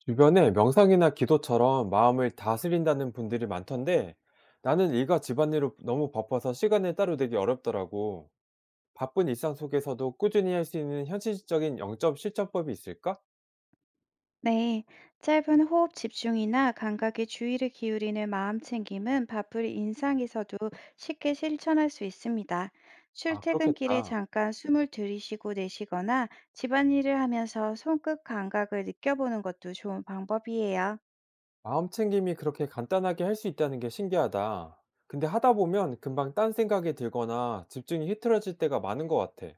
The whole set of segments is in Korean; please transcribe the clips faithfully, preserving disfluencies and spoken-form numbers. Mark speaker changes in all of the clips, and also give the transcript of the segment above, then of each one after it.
Speaker 1: 주변에 명상이나 기도처럼 마음을 다스린다는 분들이 많던데 나는 일과 집안일로 너무 바빠서 시간을 따로 내기 어렵더라고. 바쁜 일상 속에서도 꾸준히 할 수 있는 현실적인 영점 실천법이 있을까?
Speaker 2: 네, 짧은 호흡 집중이나 감각에 주의를 기울이는 마음 챙김은 바쁠 인상에서도 쉽게 실천할 수 있습니다.
Speaker 1: 아,
Speaker 2: 출퇴근길에
Speaker 1: 그렇겠다.
Speaker 2: 잠깐 숨을 들이쉬고 내쉬거나 집안일을 하면서 손끝 감각을 느껴보는 것도 좋은 방법이에요.
Speaker 1: 마음 챙김이 그렇게 간단하게 할 수 있다는 게 신기하다. 근데 하다 보면 금방 딴 생각이 들거나 집중이 흐트러질 때가 많은 것 같아.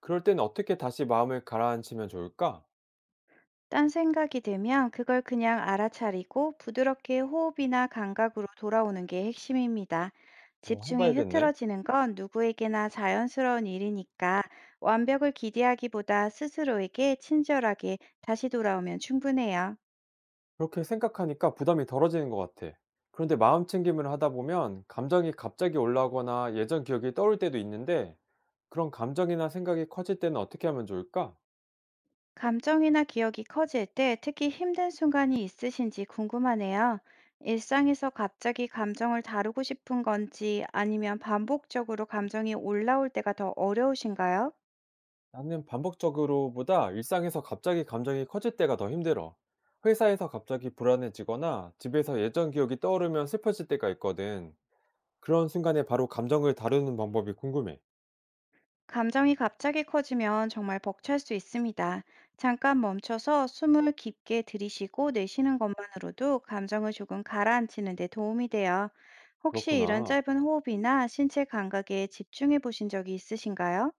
Speaker 1: 그럴 땐 어떻게 다시 마음을 가라앉히면 좋을까?
Speaker 2: 딴 생각이 들면 그걸 그냥 알아차리고 부드럽게 호흡이나 감각으로 돌아오는 게 핵심입니다.
Speaker 1: 어,
Speaker 2: 집중이
Speaker 1: 해봐야겠네.
Speaker 2: 흐트러지는 건 누구에게나 자연스러운 일이니까 완벽을 기대하기보다 스스로에게 친절하게 다시 돌아오면 충분해요.
Speaker 1: 그렇게 생각하니까 부담이 덜어지는 것 같아. 그런데 마음 챙김을 하다 보면 감정이 갑자기 올라오거나 예전 기억이 떠올 때도 있는데 그런 감정이나 생각이 커질 때는 어떻게 하면 좋을까?
Speaker 2: 감정이나 기억이 커질 때 특히 힘든 순간이 있으신지 궁금하네요. 일상에서 갑자기 감정을 다루고 싶은 건지, 아니면 반복적으로 감정이 올라올 때가 더 어려우신가요?
Speaker 1: 나는 반복적으로보다 일상에서 갑자기 감정이 커질 때가 더 힘들어. 회사에서 갑자기 불안해지거나 집에서 예전 기억이 떠오르면 슬퍼질 때가 있거든. 그런 순간에 바로 감정을 다루는 방법이 궁금해.
Speaker 2: 감정이 갑자기 커지면 정말 벅찰 수 있습니다. 잠깐 멈춰서 숨을 깊게 들이쉬고 내쉬는 것만으로도 감정을 조금 가라앉히는 데 도움이 돼요. 혹시 이런
Speaker 1: 그렇구나.
Speaker 2: 짧은 호흡이나 신체 감각에 집중해 보신 적이 있으신가요?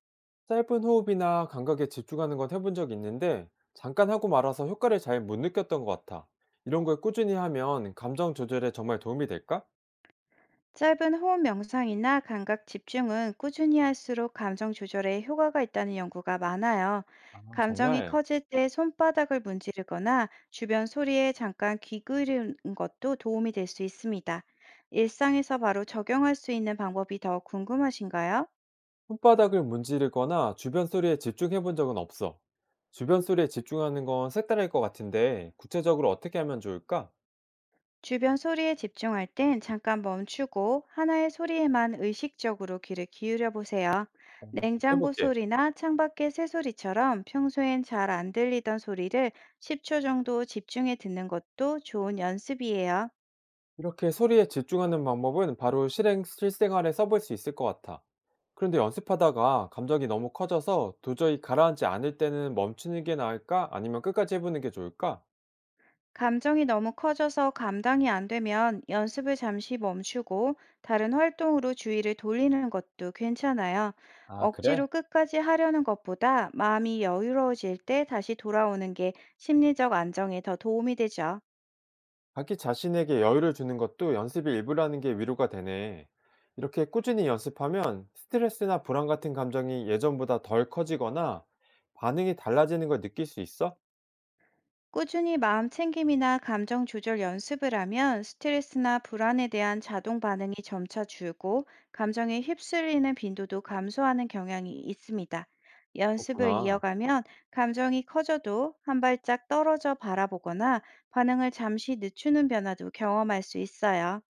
Speaker 1: 짧은 호흡이나 감각에 집중하는 건 해본 적 있는데 잠깐 하고 말아서 효과를 잘 못 느꼈던 것 같아. 이런 걸 꾸준히 하면 감정 조절에 정말 도움이 될까?
Speaker 2: 짧은 호흡 명상이나 감각 집중은 꾸준히 할수록 감정 조절에 효과가 있다는 연구가 많아요.
Speaker 1: 아,
Speaker 2: 감정이
Speaker 1: 정말.
Speaker 2: 커질 때 손바닥을 문지르거나 주변 소리에 잠깐 귀 기울이는 것도 도움이 될 수 있습니다. 일상에서 바로 적용할 수 있는 방법이 더 궁금하신가요?
Speaker 1: 손바닥을 문지르거나 주변 소리에 집중해 본 적은 없어. 주변 소리에 집중하는 건 색다를 것 같은데 구체적으로 어떻게 하면 좋을까?
Speaker 2: 주변 소리에 집중할 땐 잠깐 멈추고 하나의 소리에만 의식적으로 귀를 기울여 보세요.
Speaker 1: 어, 그럼
Speaker 2: 냉장고
Speaker 1: 해볼게.
Speaker 2: 소리나 창밖의 새소리처럼 평소엔 잘 안 들리던 소리를 십 초 정도 집중해 듣는 것도 좋은 연습이에요.
Speaker 1: 이렇게 소리에 집중하는 방법은 바로 실행, 실생활에 써볼 수 있을 것 같아. 그런데 연습하다가 감정이 너무 커져서 도저히 가라앉지 않을 때는 멈추는 게 나을까? 아니면 끝까지 해보는 게 좋을까?
Speaker 2: 감정이 너무 커져서 감당이 안 되면 연습을 잠시 멈추고 다른 활동으로 주의를 돌리는 것도 괜찮아요.
Speaker 1: 아,
Speaker 2: 억지로
Speaker 1: 그래?
Speaker 2: 끝까지 하려는 것보다 마음이 여유로워질 때 다시 돌아오는 게 심리적 안정에 더 도움이 되죠.
Speaker 1: 자기 자신에게 여유를 주는 것도 연습의 일부라는 게 위로가 되네. 이렇게 꾸준히 연습하면 스트레스나 불안 같은 감정이 예전보다 덜 커지거나 반응이 달라지는 걸 느낄 수 있어?
Speaker 2: 꾸준히 마음 챙김이나 감정 조절 연습을 하면 스트레스나 불안에 대한 자동 반응이 점차 줄고, 감정에 휩쓸리는 빈도도 감소하는 경향이 있습니다. 연습을
Speaker 1: 그렇구나.
Speaker 2: 이어가면 감정이 커져도 한 발짝 떨어져 바라보거나 반응을 잠시 늦추는 변화도 경험할 수 있어요.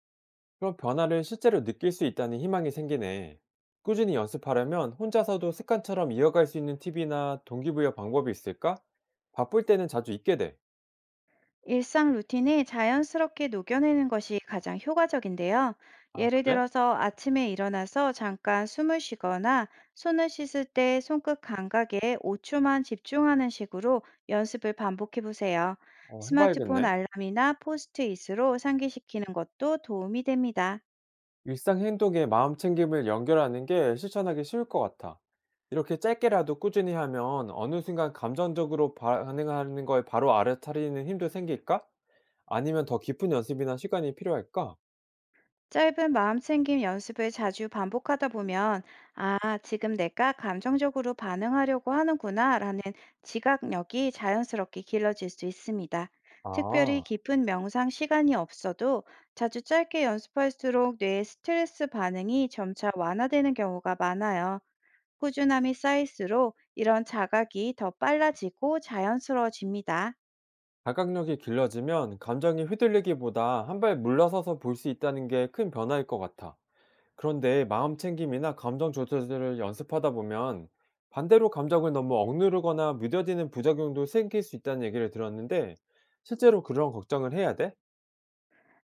Speaker 1: 그런 변화를 실제로 느낄 수 있다는 희망이 생기네. 꾸준히 연습하려면 혼자서도 습관처럼 이어갈 수 있는 팁이나 동기부여 방법이 있을까? 바쁠 때는 자주 잊게 돼.
Speaker 2: 일상 루틴에 자연스럽게 녹여내는 것이 가장 효과적인데요.
Speaker 1: 아,
Speaker 2: 예를
Speaker 1: 그래?
Speaker 2: 들어서 아침에 일어나서 잠깐 숨을 쉬거나 손을 씻을 때 손끝 감각에 오 초만 집중하는 식으로 연습을 반복해 보세요.
Speaker 1: 어,
Speaker 2: 스마트폰
Speaker 1: 해봐야겠네.
Speaker 2: 알람이나 포스트잇으로 상기시키는 것도 도움이 됩니다.
Speaker 1: 일상 행동에 마음 챙김을 연결하는 게 실천하기 쉬울 것 같아. 이렇게 짧게라도 꾸준히 하면 어느 순간 감정적으로 반응하는 걸 바로 알아차리는 힘도 생길까? 아니면 더 깊은 연습이나 시간이 필요할까?
Speaker 2: 짧은 마음챙김 연습을 자주 반복하다 보면, 아, 지금 내가 감정적으로 반응하려고 하는구나 라는 지각력이 자연스럽게 길러질 수 있습니다. 특별히
Speaker 1: 아.
Speaker 2: 깊은 명상 시간이 없어도 자주 짧게 연습할수록 뇌의 스트레스 반응이 점차 완화되는 경우가 많아요. 꾸준함이 쌓일수록 이런 자각이 더 빨라지고 자연스러워집니다.
Speaker 1: 자각력이 길러지면 감정이 휘둘리기보다 한 발 물러서서 볼 수 있다는 게 큰 변화일 것 같아. 그런데 마음 챙김이나 감정 조절을 연습하다 보면 반대로 감정을 너무 억누르거나 무뎌지는 부작용도 생길 수 있다는 얘기를 들었는데 실제로 그런 걱정을 해야 돼?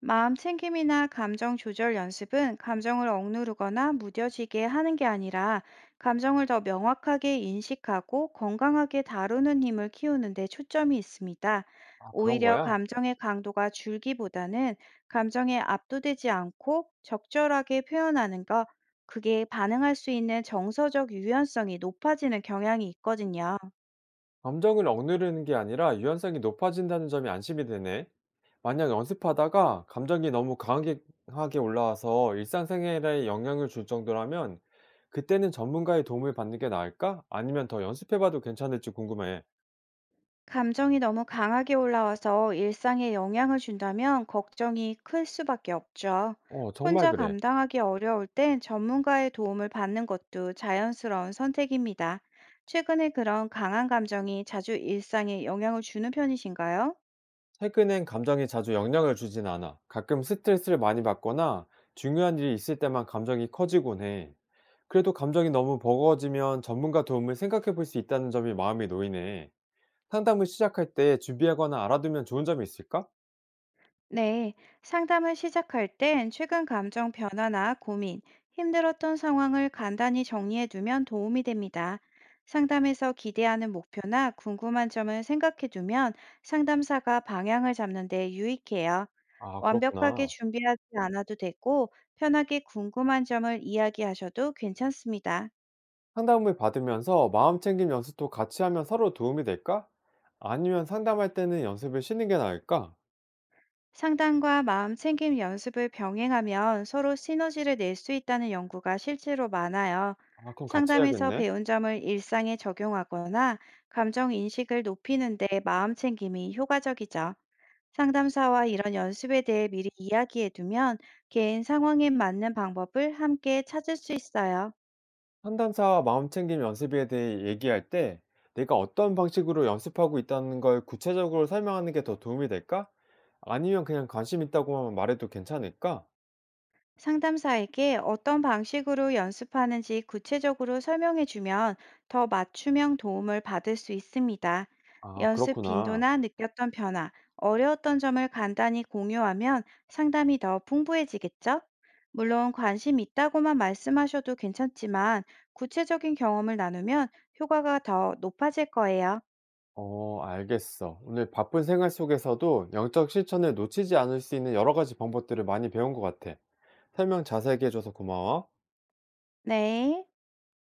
Speaker 2: 마음 챙김이나 감정 조절 연습은 감정을 억누르거나 무뎌지게 하는 게 아니라, 감정을 더 명확하게 인식하고 건강하게 다루는 힘을 키우는 데 초점이 있습니다.
Speaker 1: 아, 그런
Speaker 2: 오히려
Speaker 1: 거야?
Speaker 2: 감정의 강도가 줄기보다는 감정에 압도되지 않고 적절하게 표현하는 것, 그게 반응할 수 있는 정서적 유연성이 높아지는 경향이 있거든요.
Speaker 1: 감정을 억누르는 게 아니라 유연성이 높아진다는 점이 안심이 되네. 만약 연습하다가 감정이 너무 강하게 하게 올라와서 일상생활에 영향을 줄 정도라면 그때는 전문가의 도움을 받는 게 나을까? 아니면 더 연습해봐도 괜찮을지 궁금해.
Speaker 2: 감정이 너무 강하게 올라와서 일상에 영향을 준다면 걱정이 클 수밖에 없죠.
Speaker 1: 어, 정말
Speaker 2: 혼자
Speaker 1: 그래.
Speaker 2: 감당하기 어려울 땐 전문가의 도움을 받는 것도 자연스러운 선택입니다. 최근에 그런 강한 감정이 자주 일상에 영향을 주는 편이신가요?
Speaker 1: 최근엔 감정이 자주 영향을 주진 않아. 가끔 스트레스를 많이 받거나 중요한 일이 있을 때만 감정이 커지곤 해. 그래도 감정이 너무 버거워지면 전문가 도움을 생각해 볼 수 있다는 점이 마음이 놓이네. 상담을 시작할 때 준비하거나 알아두면 좋은 점이 있을까?
Speaker 2: 네, 상담을 시작할 땐 최근 감정 변화나 고민, 힘들었던 상황을 간단히 정리해 두면 도움이 됩니다. 상담에서 기대하는 목표나 궁금한 점을 생각해 두면 상담사가 방향을 잡는 데 유익해요.
Speaker 1: 아,
Speaker 2: 완벽하게
Speaker 1: 그렇구나.
Speaker 2: 준비하지 않아도 되고, 편하게 궁금한 점을 이야기하셔도 괜찮습니다.
Speaker 1: 상담을 받으면서 마음 챙김 연습도 같이 하면 서로 도움이 될까? 아니면 상담할 때는 연습을 쉬는 게 나을까?
Speaker 2: 상담과 마음 챙김 연습을 병행하면 서로 시너지를 낼 수 있다는 연구가 실제로 많아요.
Speaker 1: 아, 그럼 같이
Speaker 2: 상담에서
Speaker 1: 해야겠네.
Speaker 2: 배운 점을 일상에 적용하거나 감정 인식을 높이는데 마음 챙김이 효과적이죠. 상담사와 이런 연습에 대해 미리 이야기해 두면 개인 상황에 맞는 방법을 함께 찾을 수 있어요.
Speaker 1: 상담사와 마음 챙김 연습에 대해 얘기할 때 내가 어떤 방식으로 연습하고 있다는 걸 구체적으로 설명하는 게 더 도움이 될까? 아니면 그냥 관심 있다고만 말해도 괜찮을까?
Speaker 2: 상담사에게 어떤 방식으로 연습하는지 구체적으로 설명해 주면 더 맞춤형 도움을 받을 수 있습니다.
Speaker 1: 아,
Speaker 2: 연습
Speaker 1: 그렇구나.
Speaker 2: 빈도나 느꼈던 변화, 어려웠던 점을 간단히 공유하면 상담이 더 풍부해지겠죠? 물론 관심 있다고만 말씀하셔도 괜찮지만, 구체적인 경험을 나누면 효과가 더 높아질 거예요.
Speaker 1: 어, 알겠어. 오늘 바쁜 생활 속에서도 영적 실천을 놓치지 않을 수 있는 여러 가지 방법들을 많이 배운 것 같아. 설명 자세하게 해줘서 고마워.
Speaker 2: 네.